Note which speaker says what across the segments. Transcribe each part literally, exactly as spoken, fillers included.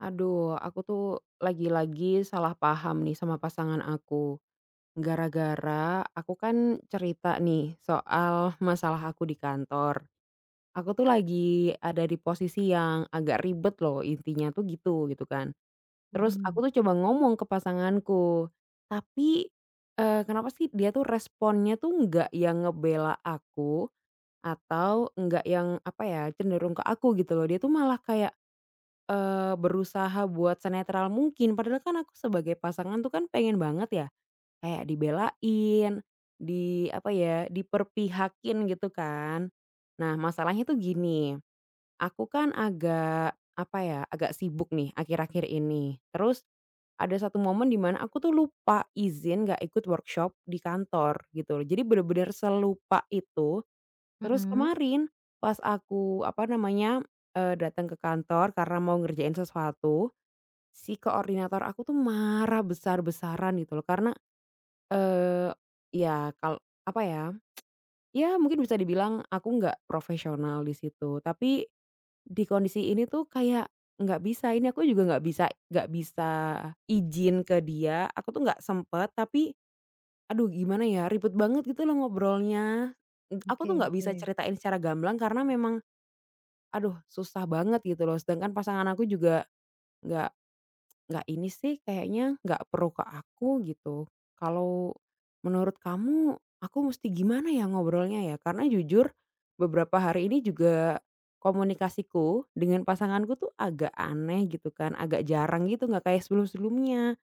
Speaker 1: Aduh, aku tuh lagi-lagi salah paham nih sama pasangan aku. Gara-gara aku kan cerita nih soal masalah aku di kantor. Aku tuh lagi ada di posisi yang agak ribet loh, intinya tuh gitu, gitu kan. Terus
Speaker 2: Mhm
Speaker 1: aku tuh coba ngomong ke pasanganku, tapi, eee, kenapa sih dia tuh responnya tuh nggak yang ngebela aku, atau nggak yang, apa ya, cenderung ke aku gitu loh. Dia tuh malah kayak Eee, berusaha buat senetral mungkin, padahal kan aku sebagai pasangan tuh kan pengen banget ya, kayak dibelain, di apa ya, diperpihakin gitu kan. Nah, masalahnya tuh gini, aku kan agak apa ya, agak sibuk nih akhir-akhir ini. Terus ada satu momen di mana aku tuh lupa izin nggak ikut workshop di kantor gitu loh. Jadi bener-bener selupa itu. Terus
Speaker 2: mhm,
Speaker 1: kemarin pas aku, apa namanya, eee, datang ke kantor karena mau ngerjain sesuatu, si koordinator aku tuh marah besar-besaran gitu loh karena, eee, ya kal apa ya, ya mungkin bisa dibilang aku nggak profesional di situ. Tapi di kondisi ini tuh kayak nggak bisa, ini aku juga nggak bisa nggak bisa izin ke dia, aku tuh nggak sempet, tapi aduh gimana ya, ribet banget gitu loh ngobrolnya. Aku
Speaker 2: oke
Speaker 1: tuh nggak bisa
Speaker 2: oke.
Speaker 1: ceritain secara gamblang karena memang. Aduh, susah banget gitu loh, sedangkan pasangan aku juga nggak nggak ini sih kayaknya nggak pro ke aku gitu. Kalau menurut kamu aku mesti gimana ya ngobrolnya ya? Karena jujur beberapa hari ini juga komunikasiku dengan pasanganku tuh agak aneh gitu kan, agak jarang gitu nggak kayak sebelum-sebelumnya.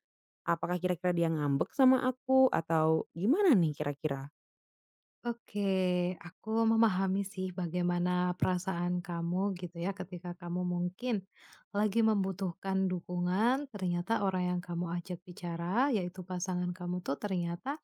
Speaker 1: Apakah kira-kira dia ngambek sama aku atau gimana nih kira-kira?
Speaker 2: Oke, aku memahami sih bagaimana perasaan kamu gitu ya ketika kamu mungkin lagi membutuhkan dukungan, ternyata orang yang kamu ajak bicara, yaitu pasangan kamu tuh ternyata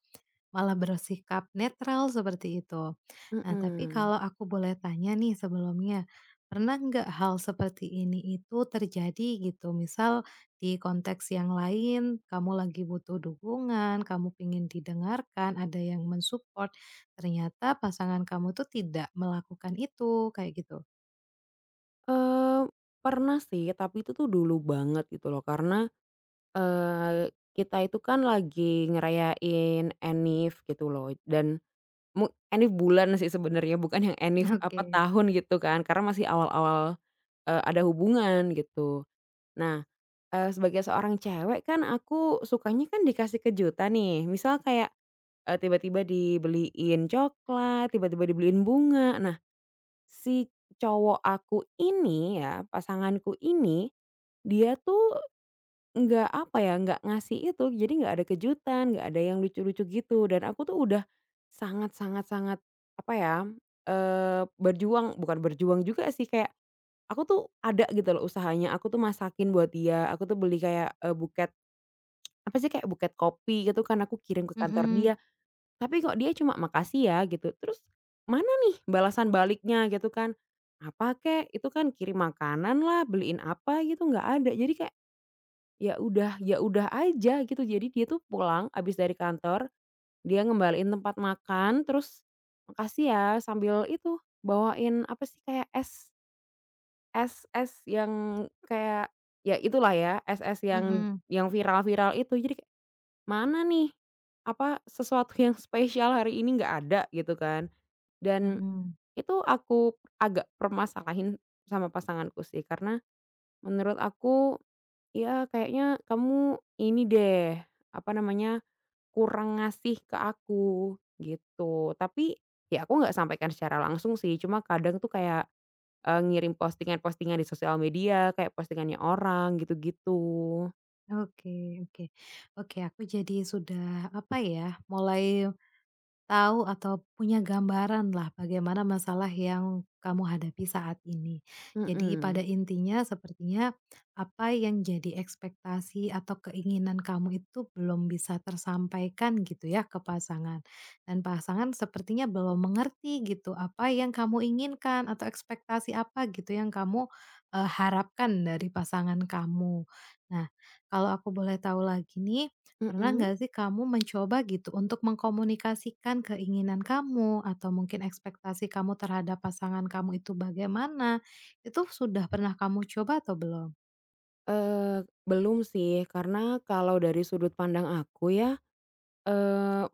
Speaker 2: malah bersikap netral seperti itu. Nah, tapi
Speaker 1: Mhm.
Speaker 2: kalau aku boleh tanya nih sebelumnya, pernah nggak hal seperti ini itu terjadi gitu? Misal di konteks yang lain, kamu lagi butuh dukungan, kamu pingin didengarkan, ada yang mensupport, ternyata pasangan kamu tuh tidak melakukan itu, kayak gitu.
Speaker 1: Eee, Pernah sih, tapi itu tuh dulu banget gitu loh karena Eee, kita itu kan lagi ngerayain Enif gitu loh, dan mu Enif bulan sih sebenarnya, bukan yang Enif apa
Speaker 2: Oke.
Speaker 1: tahun gitu kan karena masih awal-awal, eee, ada hubungan gitu. Nah, eee, sebagai seorang cewek kan aku sukanya kan dikasih kejutan nih, misal kayak, eee, tiba-tiba dibeliin coklat, tiba-tiba dibeliin bunga. Nah, si cowok aku ini ya pasanganku ini, dia tuh nggak apa ya, nggak ngasih itu, jadi nggak ada kejutan, nggak ada yang lucu-lucu gitu, dan aku tuh udah sangat sangat sangat, apa ya, eee, berjuang bukan berjuang juga sih, kayak aku tuh ada gitu loh usahanya, aku tuh masakin buat dia, aku tuh beli kayak, eee, buket apa sih, kayak buket kopi gitu kan, aku kirim ke kantor
Speaker 2: Mhm,
Speaker 1: dia, tapi kok dia cuma, "Makasih ya," gitu. Terus mana nih balasan baliknya gitu kan, apa kek, itu kan kirim makanan lah, beliin apa gitu, nggak ada. Jadi kayak, ya udah ya udah aja gitu. Jadi dia tuh pulang abis dari kantor, dia ngembaliin tempat makan, terus, "Makasih ya," sambil itu bawain apa sih, kayak es es es yang kayak ya itulah ya, es-es yang
Speaker 2: mhm,
Speaker 1: yang viral-viral itu. Jadi kayak, "Mana nih, apa, sesuatu yang spesial hari ini nggak ada?" Gitu kan. Dan
Speaker 2: mhm.
Speaker 1: itu aku agak permasalahin sama pasanganku sih, karena menurut aku, iya, kayaknya kamu ini deh, apa namanya, kurang ngasih ke aku, gitu. Tapi, ya aku nggak sampaikan secara langsung sih, cuma kadang tuh kayak, eee, ngirim postingan-postingan di sosial media, kayak postingannya orang, gitu-gitu.
Speaker 2: Oke oke. Oke, aku jadi sudah, apa ya, mulai tahu atau punya gambaran lah bagaimana masalah yang kamu hadapi saat ini. Jadi pada
Speaker 1: Mhm.
Speaker 2: intinya sepertinya apa yang jadi ekspektasi atau keinginan kamu itu belum bisa tersampaikan gitu ya ke pasangan. Dan pasangan sepertinya belum mengerti gitu apa yang kamu inginkan atau ekspektasi apa gitu yang kamu, eee, harapkan dari pasangan kamu. Nah, kalau aku boleh tahu lagi nih, pernah
Speaker 1: Mhm.
Speaker 2: nggak sih kamu mencoba gitu untuk mengkomunikasikan keinginan kamu atau mungkin ekspektasi kamu terhadap pasangan kamu itu bagaimana? Itu sudah pernah kamu coba atau belum?
Speaker 1: Eee, belum sih, karena kalau dari sudut pandang aku ya, eee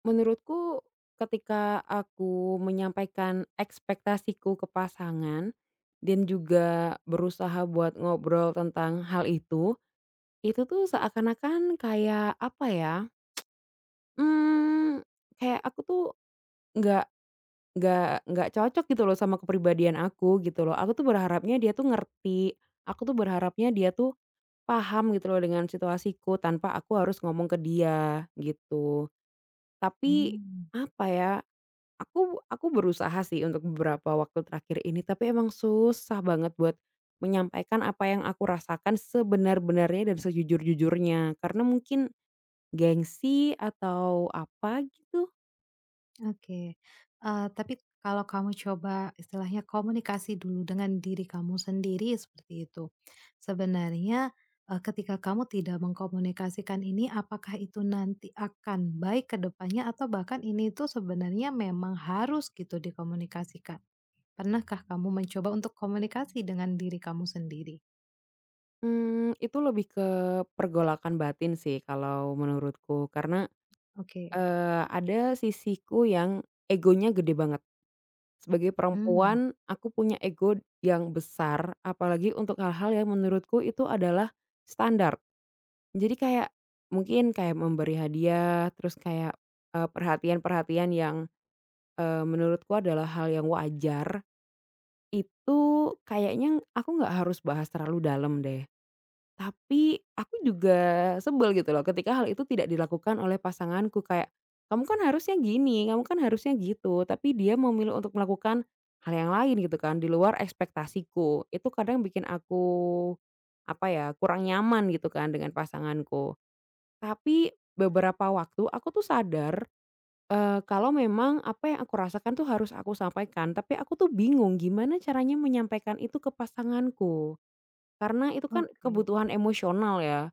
Speaker 1: menurutku ketika aku menyampaikan ekspektasiku ke pasangan dan juga berusaha buat ngobrol tentang hal itu, itu tuh seakan-akan kayak apa ya, mmm, kayak aku tuh nggak nggak nggak cocok gitu loh sama kepribadian aku gitu loh. Aku tuh berharapnya dia tuh ngerti, aku tuh berharapnya dia tuh paham gitu loh dengan situasiku tanpa aku harus ngomong ke dia gitu. Tapi
Speaker 2: Mmm,
Speaker 1: apa ya, Aku aku berusaha sih untuk beberapa waktu terakhir ini, tapi emang susah banget buat menyampaikan apa yang aku rasakan sebenar-benarnya dan sejujur-jujurnya. Karena mungkin gengsi atau apa gitu,
Speaker 2: oke. Eee, tapi kalau kamu coba istilahnya komunikasi dulu dengan diri kamu sendiri seperti itu. Sebenarnya, eee, ketika kamu tidak mengkomunikasikan ini apakah itu nanti akan baik ke depannya atau bahkan ini tuh sebenarnya memang harus gitu dikomunikasikan? Pernahkah kamu mencoba untuk komunikasi dengan diri kamu sendiri?
Speaker 1: mmm, itu lebih ke pergolakan batin sih kalau menurutku. Karena,
Speaker 2: Oke,
Speaker 1: eee, ada sisiku yang egonya gede banget. Sebagai
Speaker 2: mmm,
Speaker 1: perempuan, aku punya ego yang besar, apalagi untuk hal-hal yang menurutku itu adalah standar. Jadi kayak, mungkin kayak memberi hadiah, terus kayak, eee, perhatian-perhatian yang, eee, menurutku adalah hal yang wajar, itu kayaknya aku nggak harus bahas terlalu dalam deh. Tapi aku juga sebel gitu loh ketika hal itu tidak dilakukan oleh pasanganku, kayak, "Kamu kan harusnya gini, kamu kan harusnya gitu," tapi dia memilih untuk melakukan hal yang lain gitu kan, di luar ekspektasiku. Itu kadang bikin aku, apa ya, kurang nyaman gitu kan dengan pasanganku. Tapi beberapa waktu aku tuh sadar, eee, kalau memang apa yang aku rasakan tuh harus aku sampaikan, tapi aku tuh bingung gimana caranya menyampaikan itu ke pasanganku. Karena itu kan
Speaker 2: oke,
Speaker 1: kebutuhan emosional ya.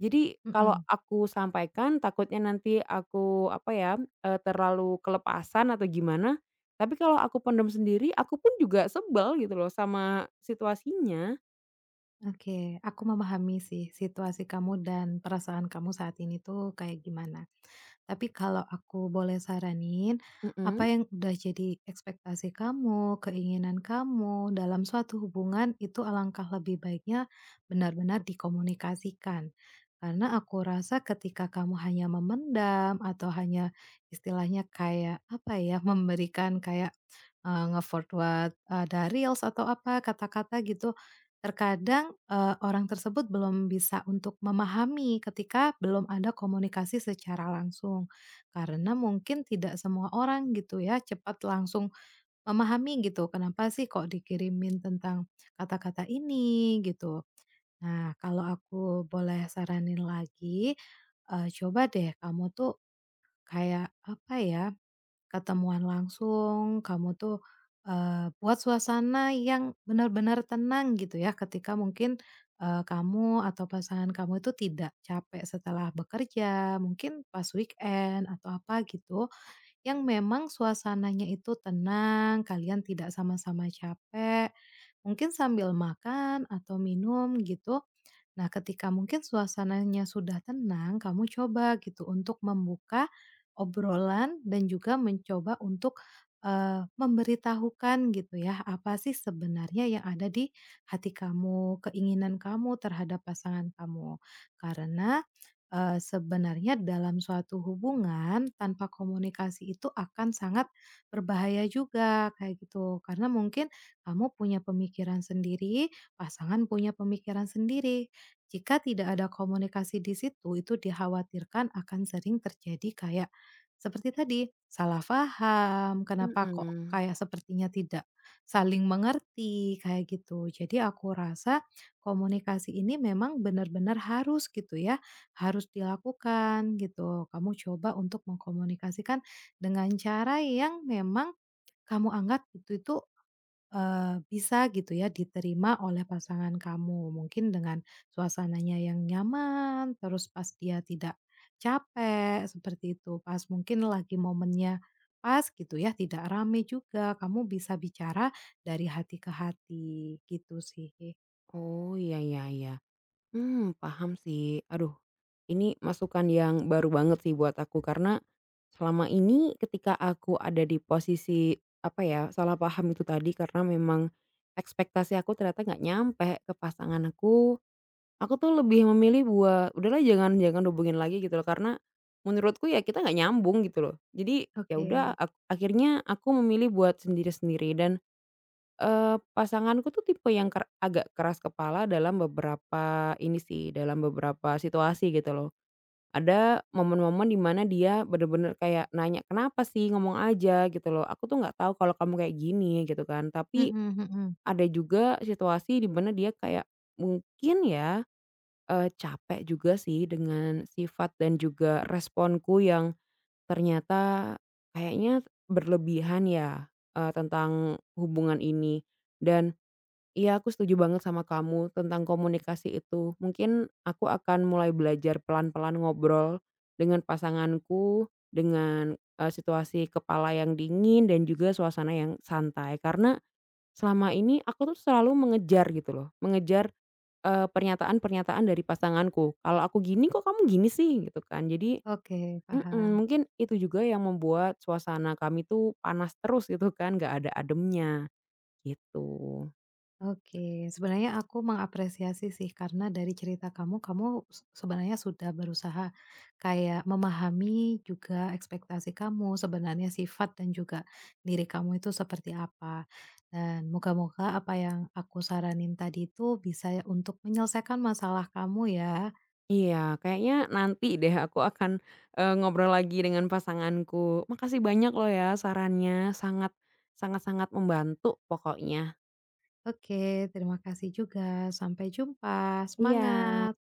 Speaker 1: Jadi kalau
Speaker 2: mhm.
Speaker 1: aku sampaikan takutnya nanti aku apa ya, eee, terlalu kelepasan atau gimana. Tapi kalau aku pendam sendiri, aku pun juga sebel gitu loh sama situasinya.
Speaker 2: Oke, aku memahami sih situasi kamu dan perasaan kamu saat ini tuh kayak gimana. Tapi kalau aku boleh saranin,
Speaker 1: Mhm,
Speaker 2: apa yang udah jadi ekspektasi kamu, keinginan kamu dalam suatu hubungan itu alangkah lebih baiknya benar-benar dikomunikasikan. Karena aku rasa ketika kamu hanya memendam atau hanya istilahnya kayak apa ya, memberikan kayak nge-forward ada reels atau apa kata-kata gitu. Terkadang, eee, orang tersebut belum bisa untuk memahami ketika belum ada komunikasi secara langsung. Karena mungkin tidak semua orang gitu ya cepat langsung memahami gitu, kenapa sih kok dikirimin tentang kata-kata ini gitu. Nah, kalau aku boleh saranin lagi, eee, coba deh kamu tuh kayak apa ya, ketemuan langsung, kamu tuh, eee, buat suasana yang benar-benar tenang gitu ya ketika mungkin, eee, kamu atau pasangan kamu itu tidak capek setelah bekerja, mungkin pas weekend atau apa gitu, yang memang suasananya itu tenang, kalian tidak sama-sama capek, mungkin sambil makan atau minum gitu. Nah, ketika mungkin suasananya sudah tenang, kamu coba gitu untuk membuka obrolan dan juga mencoba untuk, eee, memberitahukan gitu ya, apa sih sebenarnya yang ada di hati kamu, keinginan kamu terhadap pasangan kamu. Karena, eee, sebenarnya dalam suatu hubungan tanpa komunikasi itu akan sangat berbahaya juga, kayak gitu. Karena mungkin kamu punya pemikiran sendiri, pasangan punya pemikiran sendiri. Jika tidak ada komunikasi di situ, itu dikhawatirkan akan sering terjadi kayak seperti tadi, salah paham, kenapa kok
Speaker 1: mhm.
Speaker 2: kayak sepertinya tidak saling mengerti, kayak gitu. Jadi aku rasa komunikasi ini memang benar-benar harus gitu ya, harus dilakukan gitu. Kamu coba untuk mengkomunikasikan dengan cara yang memang kamu anggap itu itu Eee, bisa gitu ya diterima oleh pasangan kamu. Mungkin dengan suasananya yang nyaman, terus pas dia tidak capek, seperti itu. Pas mungkin lagi momennya pas gitu ya, tidak rame juga, kamu bisa bicara dari hati ke hati, gitu sih.
Speaker 1: Oh, iya iya iya. Hmm paham sih. Aduh, ini masukan yang baru banget sih buat aku karena selama ini ketika aku ada di posisi, apa ya, salah paham itu tadi karena memang ekspektasi aku ternyata nggak nyampe ke pasangan aku, aku tuh lebih memilih buat, "Udahlah, jangan jangan hubungin lagi," gitu loh, karena menurutku ya kita nggak nyambung gitu loh. Jadi, ya udah,
Speaker 2: Oke.
Speaker 1: ak akhirnya aku memilih buat sendiri-sendiri dan Eee, pasanganku tuh tipe yang ker agak keras kepala dalam beberapa ini sih, dalam beberapa situasi gitu loh. Ada momen-momen dimana dia bener-bener kayak nanya, "Kenapa sih? Ngomong aja," gitu loh, "Aku tuh nggak tahu kalau kamu kayak gini," gitu kan. Tapi
Speaker 2: Mhm mhm.
Speaker 1: ada juga situasi di mana dia kayak mungkin ya, eee, capek juga sih dengan sifat dan juga responku yang ternyata kayaknya berlebihan ya, eee, tentang hubungan ini. Dan Iya, aku setuju banget sama kamu tentang komunikasi itu. Mungkin aku akan mulai belajar pelan-pelan ngobrol dengan pasanganku, dengan, eee, situasi kepala yang dingin dan juga suasana yang santai. Karena selama ini aku tuh selalu mengejar gitu loh, mengejar, eee, pernyataan-pernyataan dari pasanganku, "Kalau aku gini kok kamu gini sih?" Gitu kan. Jadi
Speaker 2: Oke,
Speaker 1: mhm,
Speaker 2: paham.
Speaker 1: mungkin itu juga yang membuat suasana kami tuh panas terus gitu kan, nggak ada ademnya, gitu.
Speaker 2: Oke, sebenarnya aku mengapresiasi sih karena dari cerita kamu, kamu s- sebenarnya sudah berusaha kayak memahami juga ekspektasi kamu, sebenarnya sifat dan juga diri kamu itu seperti apa. Dan moga-moga apa yang aku saranin tadi itu bisa untuk menyelesaikan masalah kamu ya.
Speaker 1: Iya, kayaknya nanti deh aku akan, eee, ngobrol lagi dengan pasanganku. Makasih banyak loh ya sarannya, sangat sangat sangat membantu pokoknya.
Speaker 2: Oke, terima kasih juga. Sampai jumpa.
Speaker 1: Iya.
Speaker 2: Semangat.